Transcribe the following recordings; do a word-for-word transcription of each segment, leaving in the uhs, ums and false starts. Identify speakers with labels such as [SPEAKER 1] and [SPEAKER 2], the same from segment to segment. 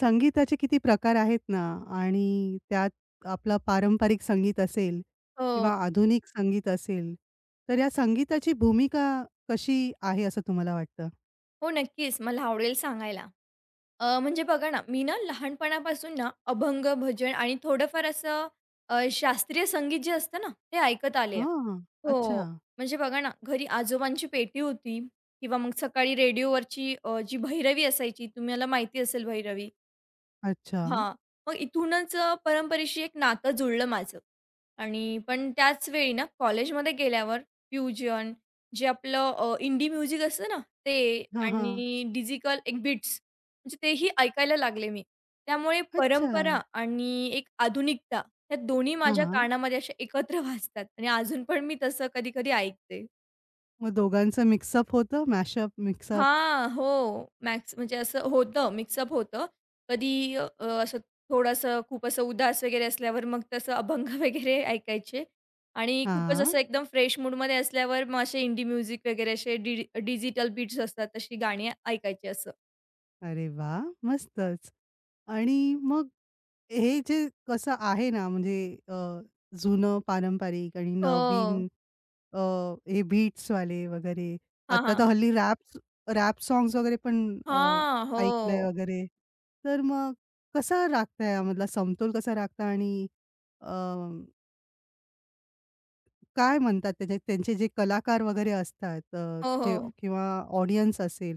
[SPEAKER 1] संगीताचे किती प्रकार आहेत ना आणि त्यात आपलं पारंपरिक संगीत असेल
[SPEAKER 2] हो.
[SPEAKER 1] किंवा आधुनिक संगीत असेल, तर या संगीताची भूमिका कशी आहे असं तुम्हाला वाटतं?
[SPEAKER 2] हो, नक्कीच. मला आवडेल सांगायला. अ, म्हणजे बघा ना, मी ना लहानपणापासून ना अभंग, भजन आणि थोडंफार असं अ, शास्त्रीय संगीत जे असतं ना, ते ऐकत आले आहे.
[SPEAKER 1] हां. अच्छा.
[SPEAKER 2] हो. म्हणजे बघा ना, घरी आजोबांची पेटी होती किंवा मग सकाळी रेडिओवरची अ, जी भैरवी असायची, तुम्हाला माहिती असेल भैरवी.
[SPEAKER 1] अच्छा.
[SPEAKER 2] हां. मग इथूनच अ, परंपरेशी एक नातं जुळलं माझं आणि पण त्याच वेळी ना कॉलेजमध्ये गेल्यावर फ्युजन जे आपलं अ, इंडी म्युझिक असतं ना, ते
[SPEAKER 1] हां, हां.
[SPEAKER 2] आणि डिजिकल एक बीट्स म्हणजे तेही ऐकायला लागले मी. त्यामुळे
[SPEAKER 1] अच्छा.
[SPEAKER 2] परंपरा आणि एक आधुनिकता ह्या दोन्ही
[SPEAKER 1] हां,
[SPEAKER 2] माझ्या
[SPEAKER 1] हां.
[SPEAKER 2] कानामध्ये अशा एकत्र वाजतात आणि अजून पण मी तसं कधी-कधी ऐकते.
[SPEAKER 1] मग दोघांचं मिक्सअप होतं, मॅशअप, मिक्सअप.
[SPEAKER 2] हां, हो. मॅक्स म्हणजे असं होतं, मिक्सअप होतं. कधी अ, असं थोडंसं खूप असं उदास वगैरे असल्यावर मग तसं अभंग वगैरे ऐकायचे आणि खूपच
[SPEAKER 1] हां.
[SPEAKER 2] असं एकदम फ्रेश मूडमध्ये असल्यावर मग असे इंडी म्युझिक वगैरे असे डि डिजिटल बीट्स असतात, तशी गाणी ऐकायची असं.
[SPEAKER 1] अरे वाह! मस्तच. आणि मग हे जे कसं आहे ना म्हणजे अ, जुनं पारंपरिक आणि
[SPEAKER 2] हो.
[SPEAKER 1] नवीन अ, हे बीट्सवाले वगैरे.
[SPEAKER 2] हां,
[SPEAKER 1] आता तर
[SPEAKER 2] हां.
[SPEAKER 1] हल्ली रॅप्स रॅप सॉन्ग्स वगैरे पण अ,
[SPEAKER 2] हां. हो.
[SPEAKER 1] ऐकलंय वगैरे. तर मग कसा राखता यामधला समतोल कसा राखता आणि अ, काय म्हणतात त्याचे त्यांचे जे कलाकार वगैरे असतात अ,
[SPEAKER 2] हो,
[SPEAKER 1] जे
[SPEAKER 2] हो.
[SPEAKER 1] किंवा ऑडियन्स असेल,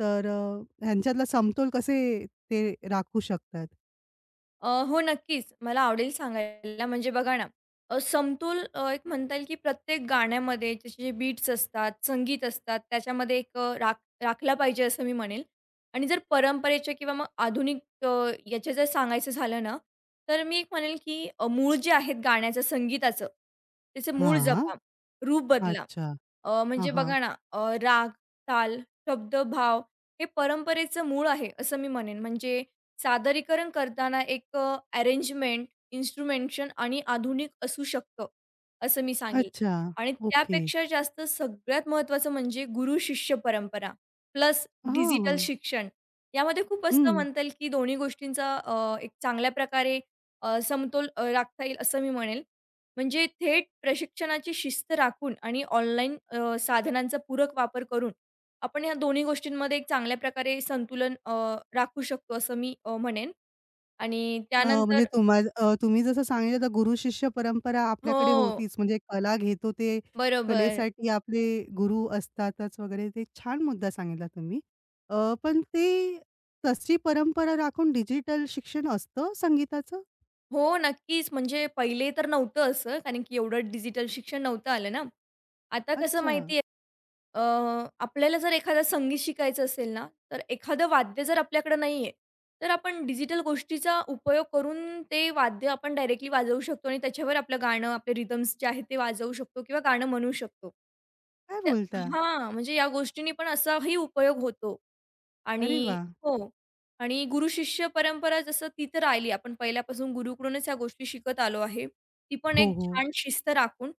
[SPEAKER 1] तर अ, ह्यांच्यातला समतोल कसे ते राखू शकतात?
[SPEAKER 2] अ, हो, नक्कीच. मला आवडेल सांगायला. म्हणजे बघा ना, अ, समतोल अ, एक म्हणता येईल की प्रत्येक गाण्यामध्ये त्याचे जे बीट्स असतात, संगीत असतात, त्याच्यामध्ये एक अ, राख राखला पाहिजे असं मी म्हणेल. आणि जर परंपरेच्या किंवा मग आधुनिक अ, याचे जर सांगायचं झालं ना, तर मी एक म्हणेल की अ, मूळ जे आहेत गाण्याचं, संगीताचं, त्याचं मूळ
[SPEAKER 1] हां.
[SPEAKER 2] जपा, रूप बदला.
[SPEAKER 1] अच्छा.
[SPEAKER 2] अ,
[SPEAKER 1] हां,
[SPEAKER 2] म्हणजे
[SPEAKER 1] हां.
[SPEAKER 2] बघा ना, अ, राग, ताल, शब्द, भाव हे परंपरेचं मूळ आहे असं मी म्हणेन. म्हणजे सादरीकरण करताना एक अरेंजमेंट, इन्स्ट्रुमेंटेशन आणि आधुनिक असू शकतं, असं मी सांगेल.
[SPEAKER 1] अच्छा.
[SPEAKER 2] आणि
[SPEAKER 1] ओके.
[SPEAKER 2] त्यापेक्षा जास्त सगळ्यात महत्त्वाचं म्हणजे गुरु-शिष्य परंपरा प्लस
[SPEAKER 1] हां.
[SPEAKER 2] डिजिटल शिक्षण. यामध्ये खूप असं
[SPEAKER 1] हं.
[SPEAKER 2] म्हणता येईल, की दोन्ही गोष्टींचा अ, एक चांगल्या प्रकारे अ, समतोल अ, राखता येईल असं मी म्हणेल. म्हणजे थेट प्रशिक्षणाची शिस्त राखून आणि ऑनलाईन साधनांचा पूरक वापर करून आपण ह्या दोन्ही गोष्टींमध्ये एक चांगल्या प्रकारे संतुलन अ, राखू शकतो असं मी अ, म्हणेन आणि
[SPEAKER 1] अ, म्हणजे
[SPEAKER 2] त्यानंतर
[SPEAKER 1] तुम्हा अ, तुम्ही जसं सांगितलं तर गुरु-शिष्य परंपरा आपल्याकडे
[SPEAKER 2] हो,
[SPEAKER 1] होतीच. म्हणजे कला घेतो ते
[SPEAKER 2] बरोबर.
[SPEAKER 1] कलेसाठी आपले गुरु असतातच वगैरे ते छान मुद्दा सांगितला तुम्ही. अ, पण ते तशी परंपरा राखून डिजिटल शिक्षण असतं संगीताचं?
[SPEAKER 2] हो, नक्कीच. म्हणजे पहिले तर नव्हतं असं कारण की एवढं डिजिटल शिक्षण नव्हतं आलं ना. आता कसं
[SPEAKER 1] अच्छा.
[SPEAKER 2] माहिती अ, आपल्याला जर एखादं संगीत शिकायचं असेल ना, तर एखादं वाद्य जर आपल्याकडे नाहीये, तर आपण डिजिटल गोष्टीचा उपयोग करून ते वाद्य आपण डायरेक्टली वाजवू शकतो आणि त्याच्यावर आपलं गाणं, आपले रिदम्स जे आहेत ते वाजवू शकतो किंवा गाणं म्हणू शकतो.
[SPEAKER 1] काय
[SPEAKER 2] तर
[SPEAKER 1] बोलता?
[SPEAKER 2] हां, म्हणजे या गोष्टींनी पण असाही उपयोग होतो.
[SPEAKER 1] अरे
[SPEAKER 2] आणि
[SPEAKER 1] वाह!
[SPEAKER 2] हो. आणि गुरु-शिष्य परंपरा जसं ती तर राहिली. आपण पहिल्यापासून गुरुकडूनच ह्या गोष्टी शिकत आलो आहे. ती पण
[SPEAKER 1] हो,
[SPEAKER 2] एक
[SPEAKER 1] हो.
[SPEAKER 2] छान शिस्त राखून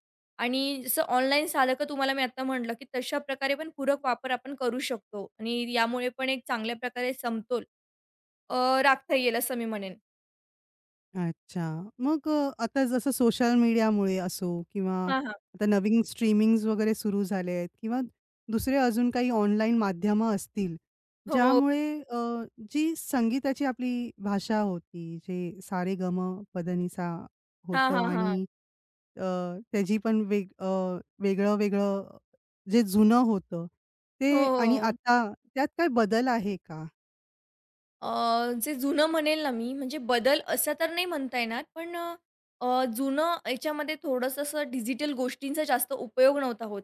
[SPEAKER 2] आणि जसं ऑनलाईन साधकं तुम्हाला मी आता म्हटलं, की तशा प्रकारे पण पूरक वापर आपण करू शकतो आणि यामुळे पण एक चांगल्या प्रकारे समतोल अ, राखता येईल असं मी म्हणेन.
[SPEAKER 1] अच्छा. मग अ, आता जसं सोशल मीडियामुळे असो किंवा
[SPEAKER 2] हां, हां.
[SPEAKER 1] आता नवीन स्ट्रीमिंग्स वगैरे सुरू झाले आहेत किंवा दुसरे अजून काही ऑनलाईन माध्यमं असतील,
[SPEAKER 2] हो.
[SPEAKER 1] ज्यामुळे अ, जी संगीताची आपली भाषा होती, जे सारे गम ग म सा"
[SPEAKER 2] हां,
[SPEAKER 1] होतं
[SPEAKER 2] हां, हां.
[SPEAKER 1] आणि अ, त्याची पण वेग अ, वेगळं-वेगळं जे जुनं होतं,
[SPEAKER 2] हो,
[SPEAKER 1] ते आणि
[SPEAKER 2] हो.
[SPEAKER 1] आता त्यात काय बदल आहे का?
[SPEAKER 2] अ, जे जुनं म्हणेल ना मी, म्हणजे बदल असं तर नाही म्हणता येणार, पण अ, जुनं याच्यामध्ये थोडंसं असं डिजिटल गोष्टींचा जास्त उपयोग नव्हता होत.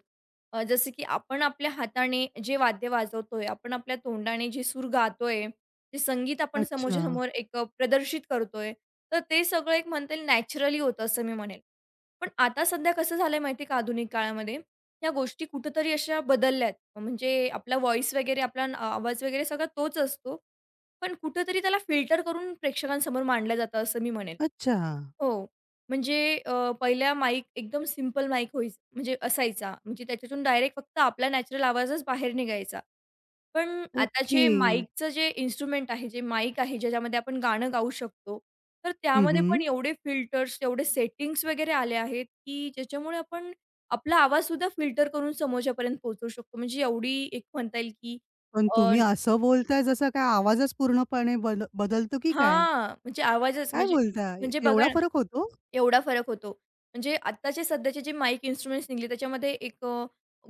[SPEAKER 2] अ, जसं की आपण आपल्या हाताने जे वाद्य वाजवतोय, आपण आपल्या तोंडाने जे सूर गातोय, जे संगीत आपण
[SPEAKER 1] अच्छा.
[SPEAKER 2] समोरच्या समोर एक प्रदर्शित करतोय, तर ते सगळं एक म्हणता येईल नॅचरली होतं असं मी म्हणेल. पण आता सध्या कसं झालंय माहिती का आधुनिक काळामध्ये, ह्या गोष्टी कुठेतरी अशा बदलल्यात. म्हणजे आपला व्हॉईस वगैरे, आपला आवाज वगैरे सगळा तोच असतो. पण कुठेतरी त्याला फिल्टर करून प्रेक्षकांसमोर मांडलं जातं असं मी म्हणेन.
[SPEAKER 1] अच्छा.
[SPEAKER 2] हो. म्हणजे अ, पहिला माईक एकदम सिंपल माईक होई म्हणजे असायचा. म्हणजे त्याच्यातून डायरेक्ट फक्त आपला नॅचरल आवाजच बाहेर निघायचा. पण
[SPEAKER 1] ओके.
[SPEAKER 2] आताचे माईकचं जे इन्स्ट्रुमेंट आहे, जे माईक आहे ज्याच्यामध्ये आपण गाणं गाऊ शकतो, तर त्यामध्ये
[SPEAKER 1] हं,
[SPEAKER 2] पण एवढे फिल्टर्स, एवढे सेटिंग्स वगैरे आले आहेत, की ज्याच्यामुळे आपण आपला आवाजसुद्धा फिल्टर करून समोरच्यापर्यंत पोहोचवू शकतो. म्हणजे एवढी एक म्हणता येईल, की
[SPEAKER 1] पण
[SPEAKER 2] अ,
[SPEAKER 1] तुम्ही असं बोलताय जसं काय आवाजच पूर्णपणे बद बदलतो की काय?
[SPEAKER 2] हां, म्हणजे आवाजच
[SPEAKER 1] काय
[SPEAKER 2] म्हणजे
[SPEAKER 1] बोलताय?
[SPEAKER 2] म्हणजे बघा
[SPEAKER 1] एवढा
[SPEAKER 2] ना,
[SPEAKER 1] फरक होतो?
[SPEAKER 2] एवढा फरक होतो. म्हणजे आत्ताचे सध्याचे जे माईक इन्स्ट्रुमेंट्स निघाले त्याच्यामध्ये एक अ,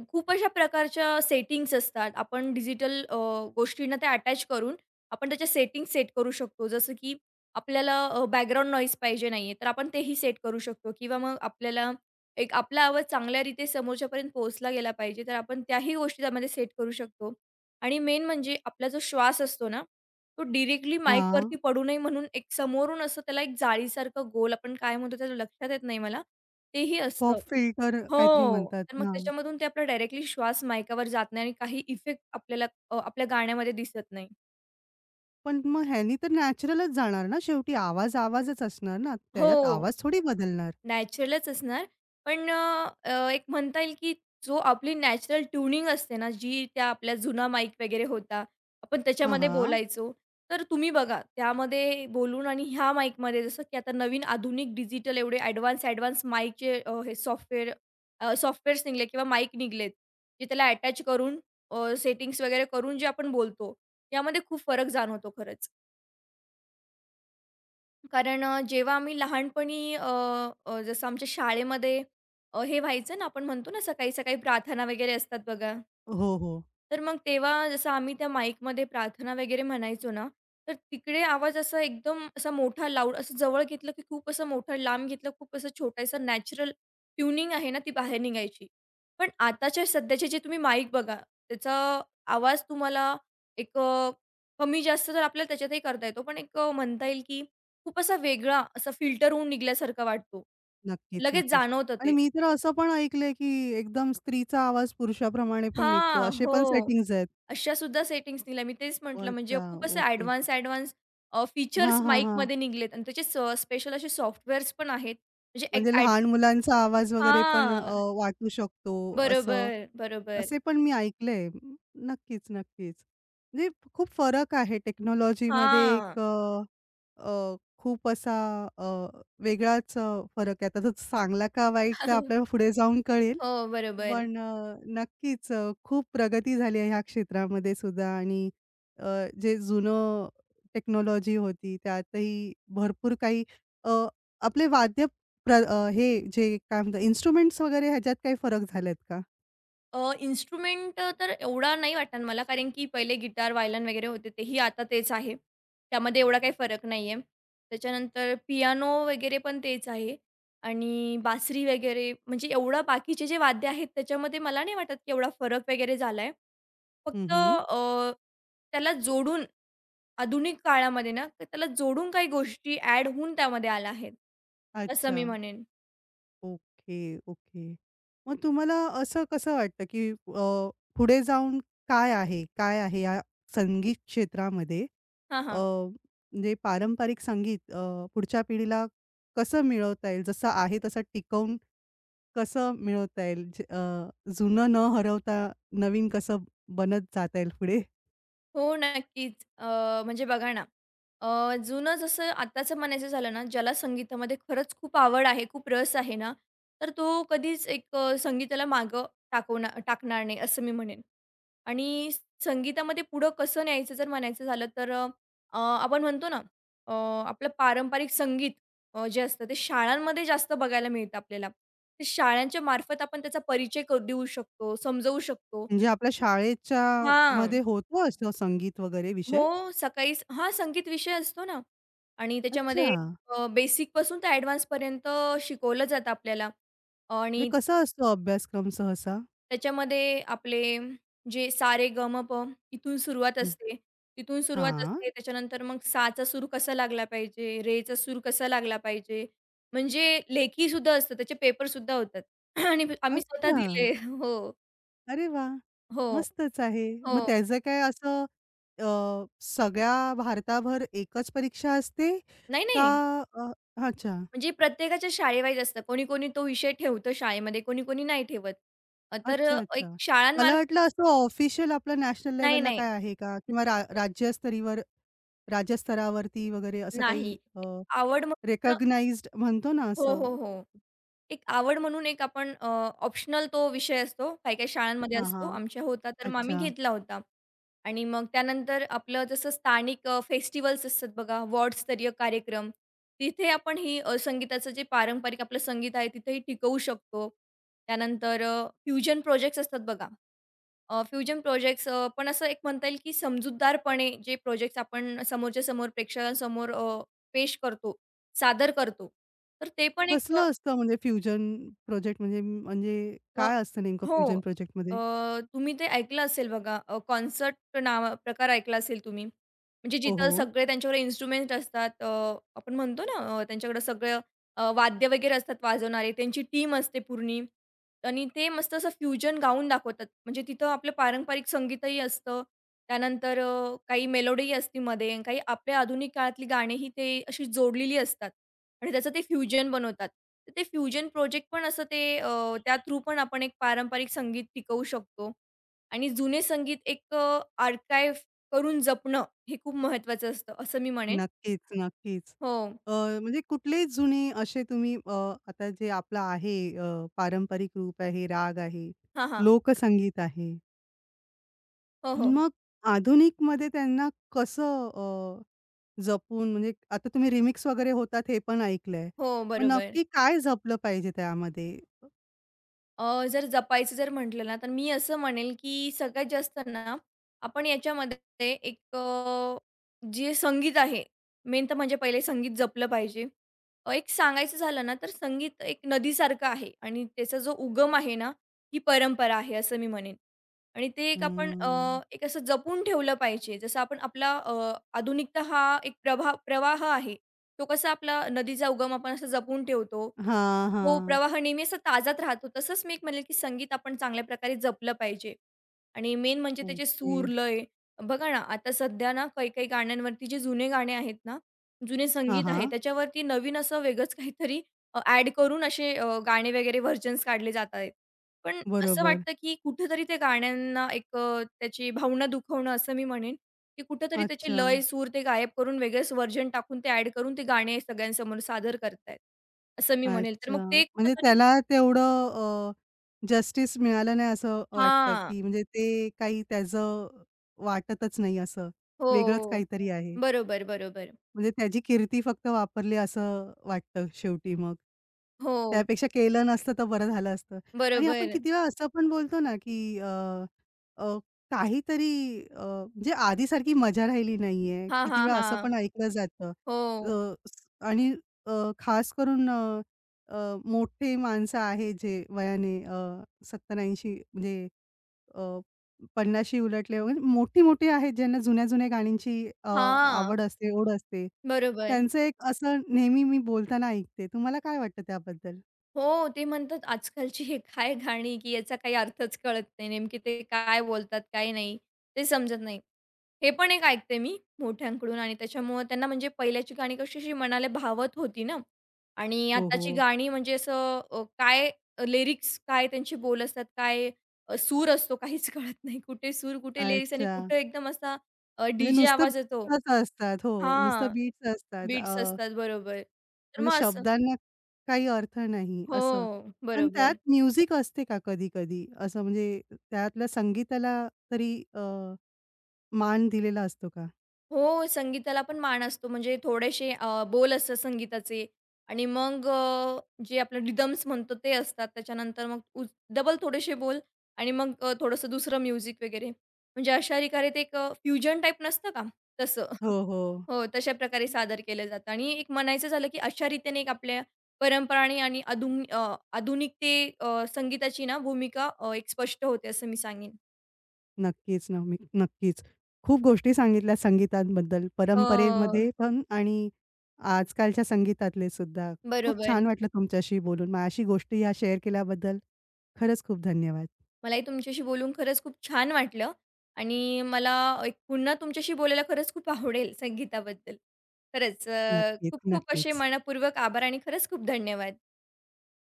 [SPEAKER 2] खूप अशा प्रकारच्या सेटिंग्स असतात. आपण डिजिटल अ, गोष्टींना ते अटॅच करून आपण त्याच्या सेटिंग्ज सेट करू शकतो. जसं की आपल्याला अ, बॅकग्राऊंड नॉईज पाहिजे नाहीये, तर आपण तेही सेट करू शकतो किंवा मग आपल्याला एक आपला आवाज चांगल्यारीते समोरच्यापर्यंत पोहोचला गेला पाहिजे, तर आपण त्याही गोष्टी त्यामध्ये सेट करू शकतो. आणि मेन म्हणजे आपला जो श्वास असतो ना तो डायरेक्टली
[SPEAKER 1] हां.
[SPEAKER 2] माईकवरती पडू नये म्हणून एक समोरून असं त्याला एक जाळीसारखं गोल आपण काय म्हणतो त्याचं लक्षात येत नाही मला. तेही
[SPEAKER 1] पॉप
[SPEAKER 2] असतं.
[SPEAKER 1] फिल्टर काहीतरी
[SPEAKER 2] हो.
[SPEAKER 1] म्हणतात.
[SPEAKER 2] तर मग
[SPEAKER 1] हां.
[SPEAKER 2] त्याच्यामधून ते आपला डायरेक्टली श्वास माईकावर जात नाही आणि काही इफेक्ट आपल्याला अ, आपल्या गाण्यामध्ये दिसत नाही.
[SPEAKER 1] पण मग ह्यानी तर नॅचरलच जाणार ना शेवटी आवाज आवाजच असणार ना. त्याच्यात
[SPEAKER 2] हो.
[SPEAKER 1] आवाज थोडी बदलणार.
[SPEAKER 2] नॅचरलच असणार. पण अ, अ, एक म्हणता येईल की जो आपली नॅचरल ट्यूनिंग असते ना, जी त्या आपल्या जुना माईक वगैरे होता, आपण
[SPEAKER 1] हां,
[SPEAKER 2] त्याच्यामध्ये
[SPEAKER 1] हां.
[SPEAKER 2] बोलायचो. तर तुम्ही बघा, त्यामध्ये बोलून आणि ह्या माईकमध्ये जसं की आता नवीन आधुनिक डिजिटल एवढे ॲडव्हान्स, ॲडव्हान्स माईकचे अ, हे सॉफ्टवेअर सॉफ्टवेअर्स निघले किंवा माईक निघलेत, जे त्याला अटॅच करून सेटिंग्स वगैरे करून जे आपण बोलतो, यामध्ये खूप फरक जाणवतो खरंच. कारण अ, जेव्हा आम्ही लहानपणी अ, अ, जसं आमच्या शाळेमध्ये अ, हे व्हायचं ना, आपण म्हणतो ना, सकाळी-सकाळी प्रार्थना वगैरे असतात बघा.
[SPEAKER 1] हो, हो.
[SPEAKER 2] तर मग तेव्हा जसं आम्ही त्या माईकमध्ये प्रार्थना वगैरे म्हणायचो ना, तर तिकडे आवाज असा एकदम असा मोठा लाउड असं जवळ घेतलं, की खूप असं मोठं, लांब घेतलं खूप असं छोटासा नॅचरल ट्युनिंग आहे ना, ती बाहेर निघायची. पण आताच्या सध्याचे जे तुम्ही माईक बघा, त्याचा आवाज तुम्हाला एक अ, कमी जास्त तर आपल्याला त्याच्यातही करता येतो. पण एक अ, म्हणता येईल, की खूप असा वेगळा असा फिल्टर होऊन निघाल्यासारखा वाटतो.
[SPEAKER 1] नक्कीच,
[SPEAKER 2] लगेच
[SPEAKER 1] नक्कीच.
[SPEAKER 2] जाणवतं
[SPEAKER 1] आणि
[SPEAKER 2] ते.
[SPEAKER 1] मी तर असं पण ऐकलंय की एकदम स्त्रीचा आवाज पुरुषाप्रमाणे पण निघतो.
[SPEAKER 2] हां.
[SPEAKER 1] असे पण
[SPEAKER 2] हो.
[SPEAKER 1] सेटिंग्ज आहेत.
[SPEAKER 2] अशासुद्धा सेटिंग्ज निघाल्या. मी तेच म्हटलं म्हणजे
[SPEAKER 1] अच्छा,
[SPEAKER 2] खूप असं
[SPEAKER 1] ओके.
[SPEAKER 2] ॲडव्हान्स, ॲडव्हान्स अ,
[SPEAKER 1] हां,
[SPEAKER 2] फीचर्स
[SPEAKER 1] हां, हां.
[SPEAKER 2] माईकमध्ये निघालेत आणि त्याचे स स्पेशल असे सॉफ्टवेअर्स पण आहेत. म्हणजे एक
[SPEAKER 1] म्हणजे
[SPEAKER 2] ॲड
[SPEAKER 1] लहान मुलांचा आवाज वगैरे पण अ,
[SPEAKER 2] हां.
[SPEAKER 1] वाटू शकतो असं.
[SPEAKER 2] बरोबर, बरोबर.
[SPEAKER 1] असे पण मी ऐकलंय. म, नक्कीच, नक्कीच. म्हणजे खूप फरक आहे टेक्नॉलॉजीमध्ये
[SPEAKER 2] हां.
[SPEAKER 1] एक अ, अ, खूप असा अ, वेगळाच अ, फरक आहे. आता तो चांगला का वाईट तर आपल्याला पुढे जाऊन कळेल.
[SPEAKER 2] हो, बरोबर.
[SPEAKER 1] पण अ, नक्कीच अ, खूप प्रगती झाली आहे ह्या क्षेत्रामध्ये सुद्धा आणि अ, जे जुनं टेक्नॉलॉजी होती त्यातही भरपूर काही अ, आपले वाद्य प्र अ, हे जे काय म्हणतात इन्स्ट्रुमेंट्स वगैरे ह्याच्यात काही फरक झालेत का?
[SPEAKER 2] अ, इन्स्ट्रुमेंट तर एवढा नाही वाटणार मला, कारण की पहिले गिटार, वायलन वगैरे होते तेही आता तेच आहे. त्यामध्ये एवढा काही फरक नाहीये. त्याच्यानंतर पियानो वगैरे पण तेच आहे आणि बासरी वगैरे म्हणजे एवढं बाकीचे जे वाद्य आहेत त्याच्यामध्ये मला नाही वाटत की एवढा फरक वगैरे झालाय. फक्त
[SPEAKER 1] हं,
[SPEAKER 2] अ, त्याला जोडून आधुनिक काळामध्ये ना, त्याला जोडून काही गोष्टी ॲड होऊन त्यामध्ये आल्या आहेत, असं
[SPEAKER 1] अच्छा.
[SPEAKER 2] मी म्हणेन.
[SPEAKER 1] Okay, okay. मग तुम्हाला असं कसं वाटतं, की अ, पुढे जाऊन काय आहे? काय आहे या संगीत क्षेत्रामध्ये?
[SPEAKER 2] हां,
[SPEAKER 1] अ,
[SPEAKER 2] हां.
[SPEAKER 1] म्हणजे पारंपरिक संगीत अ, पुढच्या पिढीला कसं मिळवता येईल? जसं आहे तसं टिकवून कसं मिळवता येईल? जे अ, जुनं न हरवता नवीन कसं बनत जाता येईल पुढे?
[SPEAKER 2] हो, नक्कीच. अ, म्हणजे बघा ना, अ, जुनं जसं आत्ताचं म्हणायचं झालं ना, ज्याला संगीतामध्ये खरंच खूप आवड आहे, खूप रस आहे ना, तर तो कधीच एक अ, संगीताला मागं टाकवणार टाकणार नाही, असं मी म्हणेन. आणि संगीतामध्ये पुढं कसं न्यायचं जर म्हणायचं झालं तर अ, अ, आपण म्हणतो ना, अ, आपलं पारंपरिक संगीत अ, जे असतं ते शाळांमध्ये जास्त बघायला मिळतं आपल्याला. ते शाळांच्या मार्फत आपण त्याचा परिचय क देऊ शकतो, समजवू शकतो.
[SPEAKER 1] म्हणजे आपल्या शाळेच्या
[SPEAKER 2] हां.
[SPEAKER 1] मध्ये होतं असं संगीत वगैरे विषय?
[SPEAKER 2] हो, सकाळीच हा, संगीत विषय असतो ना आणि त्याच्यामध्ये
[SPEAKER 1] अच्छा.
[SPEAKER 2] बेसिक बेसिकपासून तर ॲडव्हान्सपर्यंत शिकवलं जातं आपल्याला
[SPEAKER 1] म्हणजे
[SPEAKER 2] आणि
[SPEAKER 1] कसा असतो अभ्यासक्रम सहसा?
[SPEAKER 2] त्याच्यामध्ये आपले जे सा रे ग म प इथून सुरुवात असते, तिथून सुरुवात
[SPEAKER 1] हां. हो.
[SPEAKER 2] असते. त्याच्यानंतर मग साचा सूर कसा लागला पाहिजे, रेचा सूर कसा लागला पाहिजे, म्हणजे लेखीसुद्धा असतं, त्याचे पेपरसुद्धा होतात आणि आम्ही स्वतः
[SPEAKER 1] अच्छा.
[SPEAKER 2] दिले. हो,
[SPEAKER 1] अरे वाह!
[SPEAKER 2] हो,
[SPEAKER 1] मस्तच आहे. मग
[SPEAKER 2] हो.
[SPEAKER 1] त्याचं काय असं अ, सगळ्या भारताभर एकच परीक्षा असते
[SPEAKER 2] नाही,
[SPEAKER 1] का
[SPEAKER 2] नाही.
[SPEAKER 1] अ, अच्छा.
[SPEAKER 2] म्हणजे प्रत्येकाच्या शाळेवाईज असतं. कोणी-कोणी तो विषय ठेवतं शाळेमध्ये, कोणी-कोणी नाही ठेवत. अ, तर अ,
[SPEAKER 1] अच्छा,
[SPEAKER 2] एक
[SPEAKER 1] अच्छा. मला
[SPEAKER 2] शाळांमार्फत
[SPEAKER 1] वाटलं असं ऑफिशियल आपलं नॅशनल
[SPEAKER 2] नाही,
[SPEAKER 1] लेव्हलला
[SPEAKER 2] नाही.
[SPEAKER 1] काय आहे का? किंवा रा राज्यस्तरीवर राज्यस्तरावरती वगैरे असं
[SPEAKER 2] नाही.
[SPEAKER 1] काही अ,
[SPEAKER 2] आवड म्हणून
[SPEAKER 1] रेकॉग्नाइज्ड म्हणतो ना
[SPEAKER 2] हो,
[SPEAKER 1] असं?
[SPEAKER 2] हो, हो. एक आवड म्हणून एक आपण ऑप्शनल तो विषय असतो. काही-काही शाळांमध्ये
[SPEAKER 1] हां,
[SPEAKER 2] असतो.
[SPEAKER 1] हां.
[SPEAKER 2] आमच्या होता तर मग आम्ही
[SPEAKER 1] अच्छा.
[SPEAKER 2] घेतला होता. आणि मग त्यानंतर आपलं जसं स्थानिक अ, फेस्टिव्हल्स असतात बघा, वॉर्डस्तरीय कार्यक्रम. तिथे आपण ही अ, संगीताचं जे पारंपरिक आपलं संगीत आहे तिथेही टिकवू शकतो. त्यानंतर फ्युजन प्रोजेक्ट्स असतात बघा. फ्युजन प्रोजेक्ट्स पण असं एक म्हणता येईल की समजूतदारपणे जे प्रोजेक्ट्स आपण समोरच्या समोर प्रेक्षकांसमोर अ, पेश करतो, सादर करतो. तर ते पण एक
[SPEAKER 1] कसलं असतं म्हणजे फ्युजन प्रोजेक्ट म्हणजे म्हणजे काय असतं नेमकं
[SPEAKER 2] हो.
[SPEAKER 1] फ्युजन
[SPEAKER 2] अ,
[SPEAKER 1] प्रोजेक्टमध्ये?
[SPEAKER 2] तुम्ही ते ऐकलं असेल बघा अ, कॉन्सर्ट नावा प्रकार ऐकला असेल तुम्ही. म्हणजे
[SPEAKER 1] हो,
[SPEAKER 2] जिथं
[SPEAKER 1] हो.
[SPEAKER 2] सगळे त्यांच्यावर इन्स्ट्रुमेंट असतात. अ, आपण म्हणतो ना अ, त्यांच्याकडे सगळं अ, वाद्य वगैरे असतात वाजवणारे. त्यांची टीम असते पूर्णी, आणि ते मस्त असं फ्युजन गाऊन दाखवतात. म्हणजे तिथं आपलं पारंपरिक संगीतही असतं. त्यानंतर अ, काही मेलोडीही असते मध्ये आणि काही आपल्या आधुनिक काळातली गाणीही ते अशी जोडलेली असतात आणि त्याचं ते फ्युजन बनवतात. तर ते फ्युजन प्रोजेक्ट पण असं ते त्या थ्रू पण आपण एक पारंपरिक संगीत टिकवू शकतो आणि जुने संगीत एक अ, करून जपणं हे खूप महत्त्वाचं असतं, असं मी म्हणेन.
[SPEAKER 1] नक्कीच, नक्कीच.
[SPEAKER 2] हो.
[SPEAKER 1] अ, म्हणजे कुठले जुने असे तुम्ही अ, आता जे आपलं आहे अ, पारंपरिक रूप आहे, राग आहे,
[SPEAKER 2] हां, हां.
[SPEAKER 1] लोकसंगीत आहे.
[SPEAKER 2] हो, हो.
[SPEAKER 1] मग आधुनिकमध्ये त्यांना कसं अ, जपून म्हणजे आता तुम्ही रिमिक्स वगैरे होतात हे पण ऐकलंय.
[SPEAKER 2] हो,
[SPEAKER 1] मग
[SPEAKER 2] बरोबर.
[SPEAKER 1] नक्की काय जपलं पाहिजे त्यामध्ये?
[SPEAKER 2] अ, जर जपायचं जर म्हटलं ना, तर मी असं म्हणेल, की सगळ्यात जास्त ना, आपण याच्यामध्ये एक अ, जे संगीत आहे, मेन तर म्हणजे पहिले संगीत जपलं पाहिजे. अ, एक सांगायचं झालं ना, तर संगीत एक नदीसारखं आहे आणि त्याचा जो उगम आहे ना, ही परंपरा आहे असं मी म्हणेन. आणि ते एक आपण अ,
[SPEAKER 1] हम्म.
[SPEAKER 2] एक असं जपून ठेवलं पाहिजे. जसं आपण आपला अ, आधुनिकता हा एक प्रभा प्रवाह आहे. तो कसा आपला नदीचा उगम आपण असं जपून ठेवतो.
[SPEAKER 1] हां,
[SPEAKER 2] हो,
[SPEAKER 1] हां.
[SPEAKER 2] प्रवाह नेहमी असा ताजाच राहतो. तसंच मी एक म्हणेल, की संगीत आपण चांगल्या प्रकारे जपलं पाहिजे आणि मेन म्हणजे त्याचे
[SPEAKER 1] ओके.
[SPEAKER 2] सूर, लय. बघा ना, आता सध्या ना काही-काही गाण्यांवरती जे जुने गाणे आहेत ना, जुने
[SPEAKER 1] हां,
[SPEAKER 2] संगीत आहे,
[SPEAKER 1] हां.
[SPEAKER 2] त्याच्यावरती नवीन असं वेगळंच काहीतरी अ, करून असे अ, गाणे वगैरे व्हर्जन्स काढले जात आहेत. पण असं
[SPEAKER 1] बरोबर.
[SPEAKER 2] वाटतं, की कुठेतरी त्या गाण्यांना एक अ, त्याची भावना दुखवणं असं मी म्हणेन, की कुठेतरी त्याचे
[SPEAKER 1] अच्छा,
[SPEAKER 2] लय, सूर ते गायब करून वेगळेच व्हर्जन टाकून ते ॲड करून ते गाणे सगळ्यांसमोर सादर करतायेत. असं मी म्हणेल. तर मग
[SPEAKER 1] अच्छा.
[SPEAKER 2] ते
[SPEAKER 1] म्हणजे
[SPEAKER 2] कुठेतरी
[SPEAKER 1] त्याला तेवढं जस्टिस मिळालं नाही असं वाटतं,
[SPEAKER 2] हां.
[SPEAKER 1] की म्हणजे ते काही त्याचं वाटतच नाही असं. वेगळंच
[SPEAKER 2] हो.
[SPEAKER 1] काहीतरी आहे.
[SPEAKER 2] बरोबर, बरोबर.
[SPEAKER 1] म्हणजे त्याची कीर्ती फक्त वापरली असं वाटतं शेवटी मग.
[SPEAKER 2] हो.
[SPEAKER 1] त्यापेक्षा केलं नसतं तर बरं झालं असतं. आणि आपण
[SPEAKER 2] बरोबर.
[SPEAKER 1] किती वेळा असं पण बोलतो ना, की अ, अ, काहीतरी अ, म्हणजे आधीसारखी मजा राहिली नाहीये.
[SPEAKER 2] हां,
[SPEAKER 1] किती
[SPEAKER 2] हां,
[SPEAKER 1] वेळा असं
[SPEAKER 2] हां.
[SPEAKER 1] पण ऐकलं जातं.
[SPEAKER 2] हो.
[SPEAKER 1] अ, स- आणि अ, खास करून अ, अ, मोठे माणसं आहेत जे वयाने अ, सत्तर म्हणजे अ, पन्नाशी उलटले वगैरे मोठी-मोठी आहेत ज्यांना जुन्या-जुन्या गाण्यांची अ,
[SPEAKER 2] हां.
[SPEAKER 1] आवड असते, ओढ असते.
[SPEAKER 2] बरोबर.
[SPEAKER 1] त्यांचं एक असं नेहमी मी बोलताना ऐकते. तुम्हाला काय वाटतं त्याबद्दल?
[SPEAKER 2] हो, ते म्हणतात आजकालची हे काय गाणी, की याचा काही अर्थच कळत नाही. नेमकी ते काय बोलतात, काय नाही, ते समजत नाही. हे पण एक ऐकते मी मोठ्यांकडून आणि त्याच्यामुळं त्यांना म्हणजे पहिल्याची गाणी कशी अशी मनाला भावत होती ना आणि
[SPEAKER 1] हो, हो.
[SPEAKER 2] आताची गाणी म्हणजे असं अ, काय लिरिक्स, काय त्यांचे बोल असतात, काय अ, सूर असतो, काहीच कळत नाही. कुठे सूर, कुठे लिरिक्स आणि
[SPEAKER 1] अच्छा.
[SPEAKER 2] कुठं एकदम असा अ,
[SPEAKER 1] म्हणजे नुसतं
[SPEAKER 2] आवाज येतो.
[SPEAKER 1] बीट्स असतात. हो,
[SPEAKER 2] हां,
[SPEAKER 1] नुसतं बीट्स असतात. अ,
[SPEAKER 2] बीट्स असतात. बरोबर. तर
[SPEAKER 1] म्हणजे
[SPEAKER 2] मग असं
[SPEAKER 1] शब्दांना काही अर्थ नाही
[SPEAKER 2] हो,
[SPEAKER 1] असं. पण त्यात
[SPEAKER 2] बरोबर.
[SPEAKER 1] म्युझिक असते का कधी-कधी? असं म्हणजे त्यातल्या संगीताला तरी अ, मान दिलेला असतो का?
[SPEAKER 2] हो, संगीताला पण मान असतो. म्हणजे थोडेसे अ, बोल असतात संगीताचे आणि मग अ, जे आपलं रिदम्स म्हणतो ते असतात. त्याच्यानंतर मग डबल थोडेसे बोल आणि मग अ, थोडंसं दुसरं म्युझिक वगैरे. म्हणजे अशा प्रकारे ते एक अ, फ्युजन टाइप नसतं का? तसं.
[SPEAKER 1] हो, हो.
[SPEAKER 2] हो, तशा प्रकारे सादर केलं जातं आणि एक म्हणायचं झालं, की अशा रीतीने एक आपल्या परंपरांनी आणि आधुन अ, आधुनिकते अ, संगीताची ना भूमिका अ, एक स्पष्ट होते असं मी सांगेन.
[SPEAKER 1] नक्कीच, न मी नक्कीच. खूप गोष्टी सांगितल्या संगीतांबद्दल,
[SPEAKER 2] हो,
[SPEAKER 1] परंपरेमध्ये पण आणि आजकालच्या संगीतातले सुद्धा. खूप छान
[SPEAKER 2] बरोबर.
[SPEAKER 1] वाटलं तुमच्याशी बोलून. मग अशी गोष्टी ह्या शेअर केल्याबद्दल खरंच खूप धन्यवाद.
[SPEAKER 2] मलाही तुमच्याशी बोलून खरंच खूप छान वाटलं आणि मला एक पुन्हा तुमच्याशी बोलायला खरंच खूप आवडेल संगीताबद्दल. खरंच अ,
[SPEAKER 1] नक्कीच,
[SPEAKER 2] खूप खूप असे
[SPEAKER 1] नक्कीच.
[SPEAKER 2] मनपूर्वक आभार आणि खरंच खूप धन्यवाद.